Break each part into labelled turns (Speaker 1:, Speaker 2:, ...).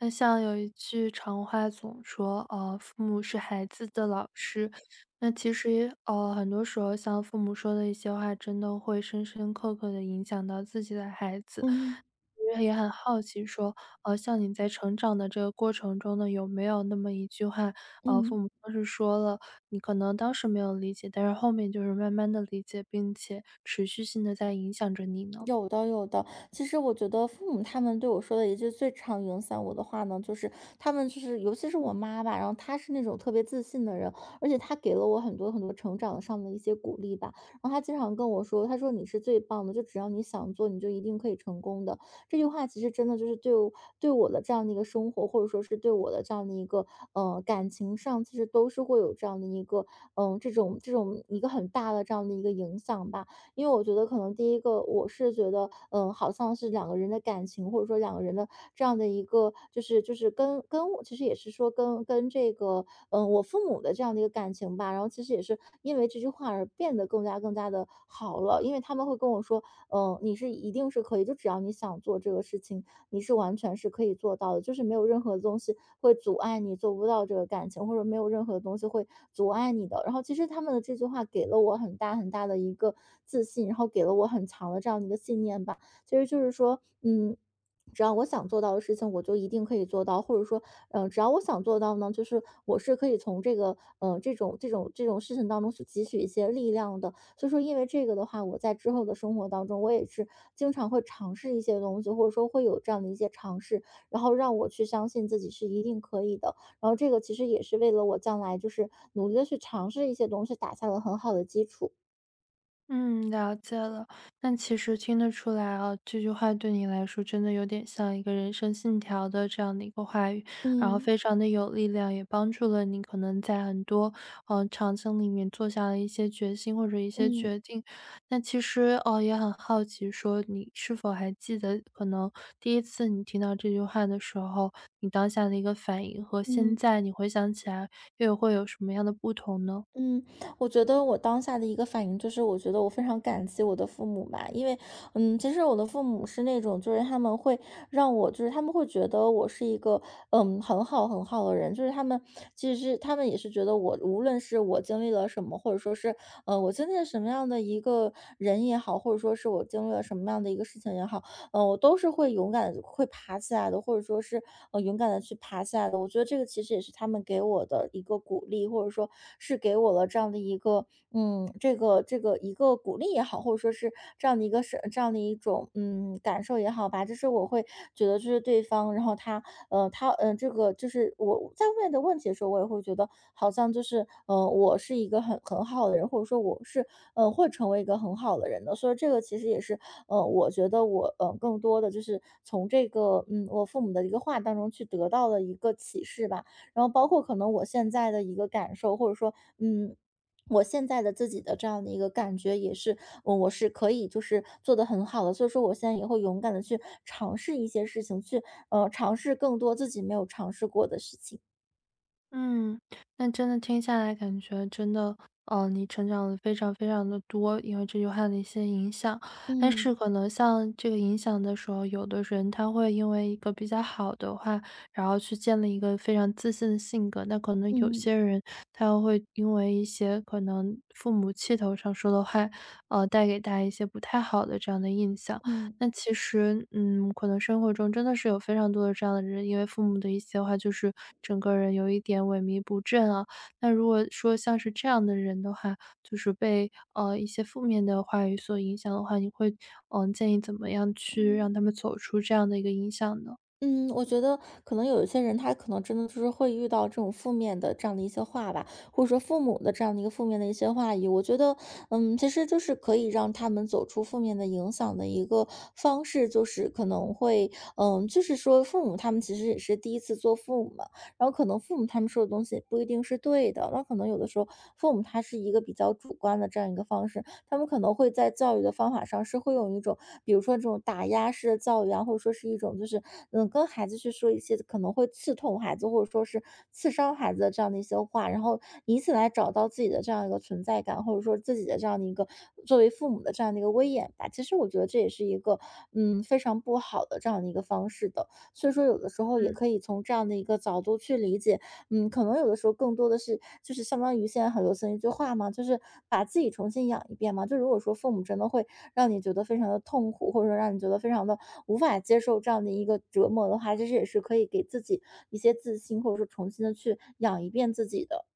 Speaker 1: 那像有一句常话总说，父母是孩子的老师。那其实，很多时候像父母说的一些话，真的会深深刻刻的影响到自己的孩子。
Speaker 2: 嗯
Speaker 1: 因为也很好奇说，像你在成长的这个过程中呢，有没有那么一句话，父
Speaker 2: 嗯，
Speaker 1: 母当时说了，你可能当时没有理解，但是后面就是慢慢的理解，并且持续性的在影响着你呢？
Speaker 2: 有的有的。其实我觉得父母他们对我说的一句最常影响我的话呢，就是他们就是尤其是我妈吧，然后她是那种特别自信的人，而且她给了我很多很多成长上的一些鼓励吧。然后她经常跟我说，她说你是最棒的，就只要你想做，你就一定可以成功的。这句话其实真的就是对我的这样的一个生活，或者说是对我的这样的一个感情上，其实都是会有这样的一个嗯、呃这种这种一个很大的这样的一个影响吧。因为我觉得可能第一个，我是觉得，好像是两个人的感情，或者说两个人的这样的一个，就是跟我其实也是说跟这个，我父母的这样的一个感情吧，然后其实也是因为这句话而变得更加的好了，因为他们会跟我说，你是一定是可以，就只要你想做这个事情，你是完全是可以做到的，就是没有任何东西会阻碍你做不到这个感情，或者没有任何东西会阻碍你的。然后其实他们的这句话给了我很大很大的一个自信，然后给了我很强的这样的一个信念吧。其实就是说，只要我想做到的事情，我就一定可以做到，或者说，只要我想做到呢，就是我是可以从这个，这种事情当中去汲取一些力量的。所以说因为这个的话，我在之后的生活当中，我也是经常会尝试一些东西，或者说会有这样的一些尝试，然后让我去相信自己是一定可以的。然后这个其实也是为了我将来就是努力的去尝试一些东西，打下了很好的基础。
Speaker 1: 嗯，了解了。那其实听得出来啊，这句话对你来说真的有点像一个人生信条的这样的一个话语，然后
Speaker 2: 嗯
Speaker 1: 非常的有力量，也帮助了你可能在很多场景里面做下了一些决心或者一些
Speaker 2: 嗯
Speaker 1: 决定。那其实哦，也很好奇，说你是否还记得，可能第一次你听到这句话的时候，你当下的一个反应和
Speaker 2: 嗯。
Speaker 1: 现在你回想起来又会有什么样的不同呢？
Speaker 2: 嗯，我觉得我当下的一个反应就是，我觉得我非常感激我的父母吧，因为,其实我的父母是那种，就是他们会让我，就是他们会觉得我是一个，很好很好的人，就是他们其实是他们也是觉得我，无论是我经历了什么，或者说是,我经历了什么样的一个人也好，或者说是我经历了什么样的一个事情也好，我都是会勇敢的，会爬起来的，或者说是,勇敢的去爬起来的。我觉得这个其实也是他们给我的一个鼓励，或者说是给我了这样的一个，这个一个鼓励也好，或者说是这样的一个是这样的一种，感受也好吧。就是我会觉得就是对方，然后他,这个就是我在问的问题的时候，我也会觉得好像就是,我是一个很好的人，或者说我是会成为一个很好的人的。所以这个其实也是我觉得我更多的就是从这个我父母的一个话当中去得到了一个启示吧，然后包括可能我现在的一个感受，或者说嗯。我现在的自己的这样的一个感觉也是，我是可以就是做的很好的，所以说我现在也会勇敢的去尝试一些事情，去尝试更多自己没有尝试过的事情。
Speaker 1: 嗯，那真的听下来感觉真的，你成长了非常非常的多，因为这句话的一些影响。但
Speaker 2: 嗯
Speaker 1: 是可能像这个影响的时候，有的人他会因为一个比较好的话，然后去建立一个非常自信的性格，那可能有
Speaker 2: 嗯
Speaker 1: 些人他又会因为一些可能父母气头上说的话，带给大家一些不太好的这样的印象。
Speaker 2: 嗯。
Speaker 1: 那其实，嗯，可能生活中真的是有非常多的这样的人，因为父母的一些话，就是整个人有一点萎靡不振啊。那如果说像是这样的人的话，就是被一些负面的话语所影响的话，你会建议怎么样去让他们走出这样的一个影响呢？
Speaker 2: 嗯，我觉得可能有一些人，他可能真的就是会遇到这种负面的这样的一些话吧，或者说父母的这样的一个负面的一些话语。我觉得,其实就是可以让他们走出负面的影响的一个方式，就是可能会,就是说父母他们其实也是第一次做父母嘛，然后可能父母他们说的东西不一定是对的，那可能有的时候父母他是一个比较主观的这样一个方式，他们可能会在教育的方法上是会用一种，比如说这种打压式的教育啊，或者说是一种就是,跟孩子去说一些可能会刺痛孩子，或者说是刺伤孩子的这样的一些话，然后以此来找到自己的这样一个存在感，或者说自己的这样的一个作为父母的这样的一个威严吧。其实我觉得这也是一个,非常不好的这样的一个方式的。所以说，有的时候也
Speaker 1: 嗯。
Speaker 2: 可以从这样的一个角度去理解。可能有的时候更多的是，就是相当于现在很流行一句话嘛，就是把自己重新养一遍嘛。就如果说父母真的会让你觉得非常的痛苦，或者说让你觉得非常的无法接受这样的一个折磨的话，其实也是可以给自己一些自信，或者说重新的去养一遍自己的。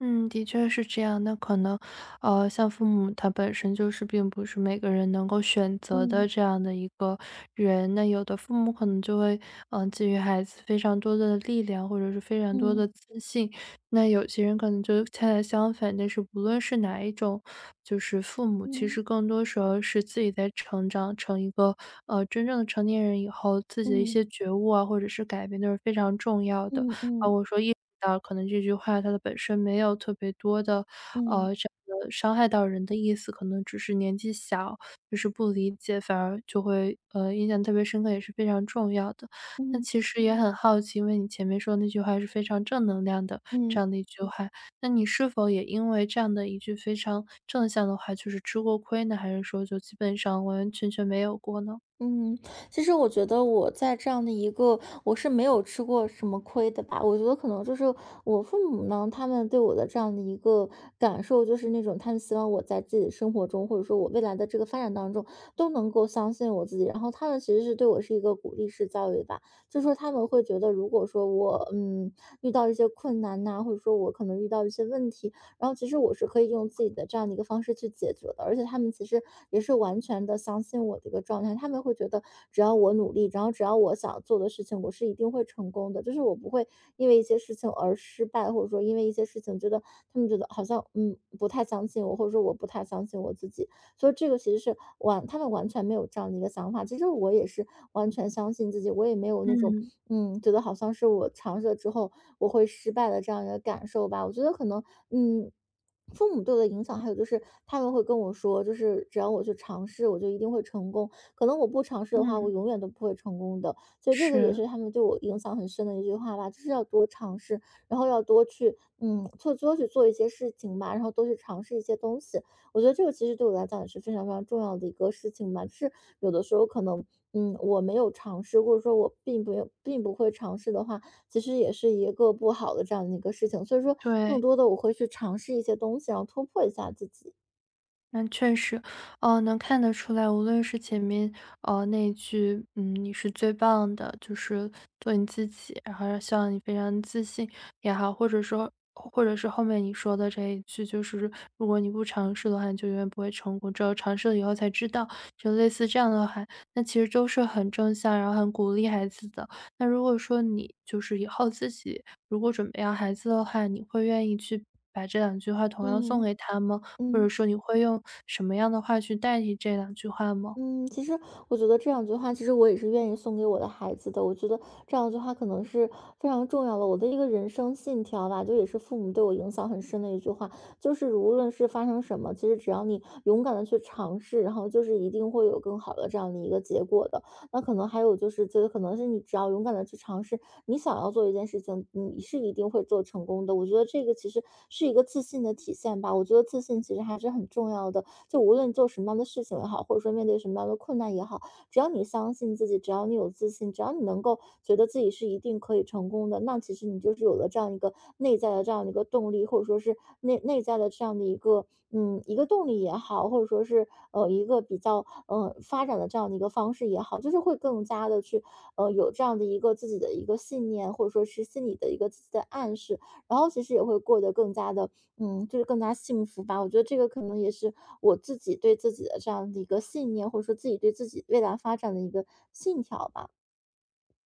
Speaker 1: 嗯，的确是这样。那可能，像父母他本身就是并不是每个人能够选择
Speaker 2: 嗯
Speaker 1: 的这样的一个人。那有的父母可能就会，给予孩子非常多的力量，或者是非常多
Speaker 2: 嗯
Speaker 1: 的自信。那有些人可能就恰恰相反。但是无论是哪一种，就是父母，其
Speaker 2: 嗯
Speaker 1: 实更多时候是自己在成长，成一个真正的成年人以后，自己的一
Speaker 2: 嗯
Speaker 1: 些觉悟啊，或者是改变都是非常重要的。
Speaker 2: 嗯嗯
Speaker 1: 啊，
Speaker 2: 嗯
Speaker 1: 我说意识到可能这句话它的本身没有特别多的，
Speaker 2: 嗯
Speaker 1: 这样的伤害到人的意思，可能只是年纪小，就是不理解，反而就会，印象特别深刻，也是非常重要的。那
Speaker 2: 嗯
Speaker 1: 其实也很好奇，因为你前面说的那句话是非常正能量的这
Speaker 2: 嗯。
Speaker 1: 样的一句话，那你是否也因为这样的一句非常正向的话，就是吃过亏呢？还是说就基本上完完全全没有过呢？
Speaker 2: 嗯，其实我觉得我在这样的一个我是没有吃过什么亏的吧。我觉得可能就是我父母呢，他们对我的这样的一个感受，就是那种他们希望我在自己的生活中，或者说我未来的这个发展当中，都能够相信我自己。然后他们其实是对我是一个鼓励式教育吧，就说他们会觉得,如果说我遇到一些困难呐、或者说我可能遇到一些问题，然后其实我是可以用自己的这样的一个方式去解决的，而且他们其实也是完全的相信我的一个状态，他们会觉得只要我努力，然后只要我想做的事情，我是一定会成功的，就是我不会因为一些事情而失败，或者说因为一些事情觉得他们觉得好像嗯不太相信我，或者说我不太相信我自己，所以这个其实是他们完全没有这样的一个想法，其实我也是完全相信自己，我也没有那种
Speaker 1: 嗯，
Speaker 2: 嗯，觉得好像是我尝试了之后，我会失败的这样一个感受吧。我觉得可能，嗯，父母对我的影响，还有就是他们会跟我说，就是只要我去尝试，我就一定会成功。可能我不尝试的话，我
Speaker 1: 嗯，
Speaker 2: 永远都不会成功的。所以这个也
Speaker 1: 是，
Speaker 2: 是他们对我影响很深的一句话吧，就是要多尝试，然后要多去,多去做一些事情吧，然后多去尝试一些东西。我觉得这个其实对我来讲也是非常非常重要的一个事情吧。就是有的时候可能,我没有尝试，或者说我并没有并不会尝试的话，其实也是一个不好的这样的一个事情。所以说，更
Speaker 1: 对。
Speaker 2: 多的我会去尝试一些东西，然后突破一下自己。
Speaker 1: 那确实，能看得出来，无论是前面，那一句，嗯，你是最棒的，就是做你自己，然后希望你非常自信也好，或者说，或者是后面你说的这一句，就是如果你不尝试的话，你就永远不会成功，只有尝试了以后才知道，就类似这样的话，那其实都是很正向，然后很鼓励孩子的。那如果说你就是以后自己如果准备要孩子的话，你会愿意去把这两句话同样送
Speaker 2: 嗯
Speaker 1: 给他吗？或者
Speaker 2: 嗯。
Speaker 1: 说你会用什么样的话去代替这两句话吗？
Speaker 2: 嗯，其实我觉得这两句话，其实我也是愿意送给我的孩子的。我觉得这两句话可能是非常重要的，我的一个人生信条吧，就也是父母对我影响很深的一句话，就是无论是发生什么，其实只要你勇敢的去尝试，然后就是一定会有更好的这样的一个结果的。那可能还有就是，就是可能是你只要勇敢的去尝试，你想要做一件事情，你是一定会做成功的。我觉得这个其实是一个自信的体现吧。我觉得自信其实还是很重要的，就无论做什么样的事情也好，或者说面对什么样的困难也好，只要你相信自己，只要你有自信，只要你能够觉得自己是一定可以成功的，那其实你就是有了这样一个内在的这样的一个动力，或者说是内在的这样的一个一个动力也好，或者说是一个比较发展的这样的一个方式也好，就是会更加的去有这样的一个自己的一个信念，或者说是心理的一个自己的暗示，然后其实也会过得更加的,就是更加幸福吧。我觉得这个可能也是我自己对自己的这样的一个信念，或者说自己对自己未来发展的一个信条吧。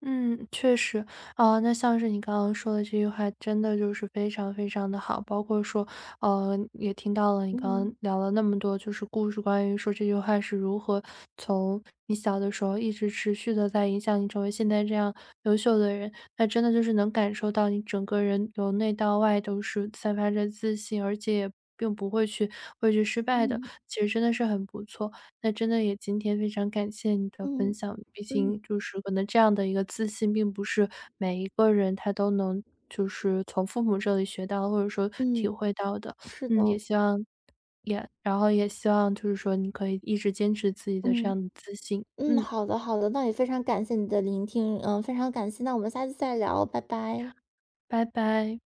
Speaker 1: 嗯，确实，啊，那像是你刚刚说的这句话，真的就是非常非常的好。包括说，也听到了你刚刚
Speaker 2: 嗯
Speaker 1: 聊了那么多，就是故事，关于说这句话是如何从你小的时候一直持续的在影响你成为现在这样优秀的人。那真的就是能感受到你整个人由内到外都是散发着自信，而且也并不会去畏惧失败的。
Speaker 2: 嗯
Speaker 1: 其实真的是很不错。那真的也今天非常感谢你的分
Speaker 2: 嗯
Speaker 1: 享，毕
Speaker 2: 嗯
Speaker 1: 竟就是可能这样的一个自信，并不是每一个人他都能就是从父母这里学到，或者说体
Speaker 2: 嗯，
Speaker 1: 会到的。
Speaker 2: 是
Speaker 1: 嗯，也
Speaker 2: 的，
Speaker 1: 希望也然后也希望就是说你可以一直坚持自己的这
Speaker 2: 嗯
Speaker 1: 样的自信。
Speaker 2: 嗯，
Speaker 1: 嗯，
Speaker 2: 好的好的，那也非常感谢你的聆听，非常感谢，那我们下次再聊，拜拜。
Speaker 1: 拜拜。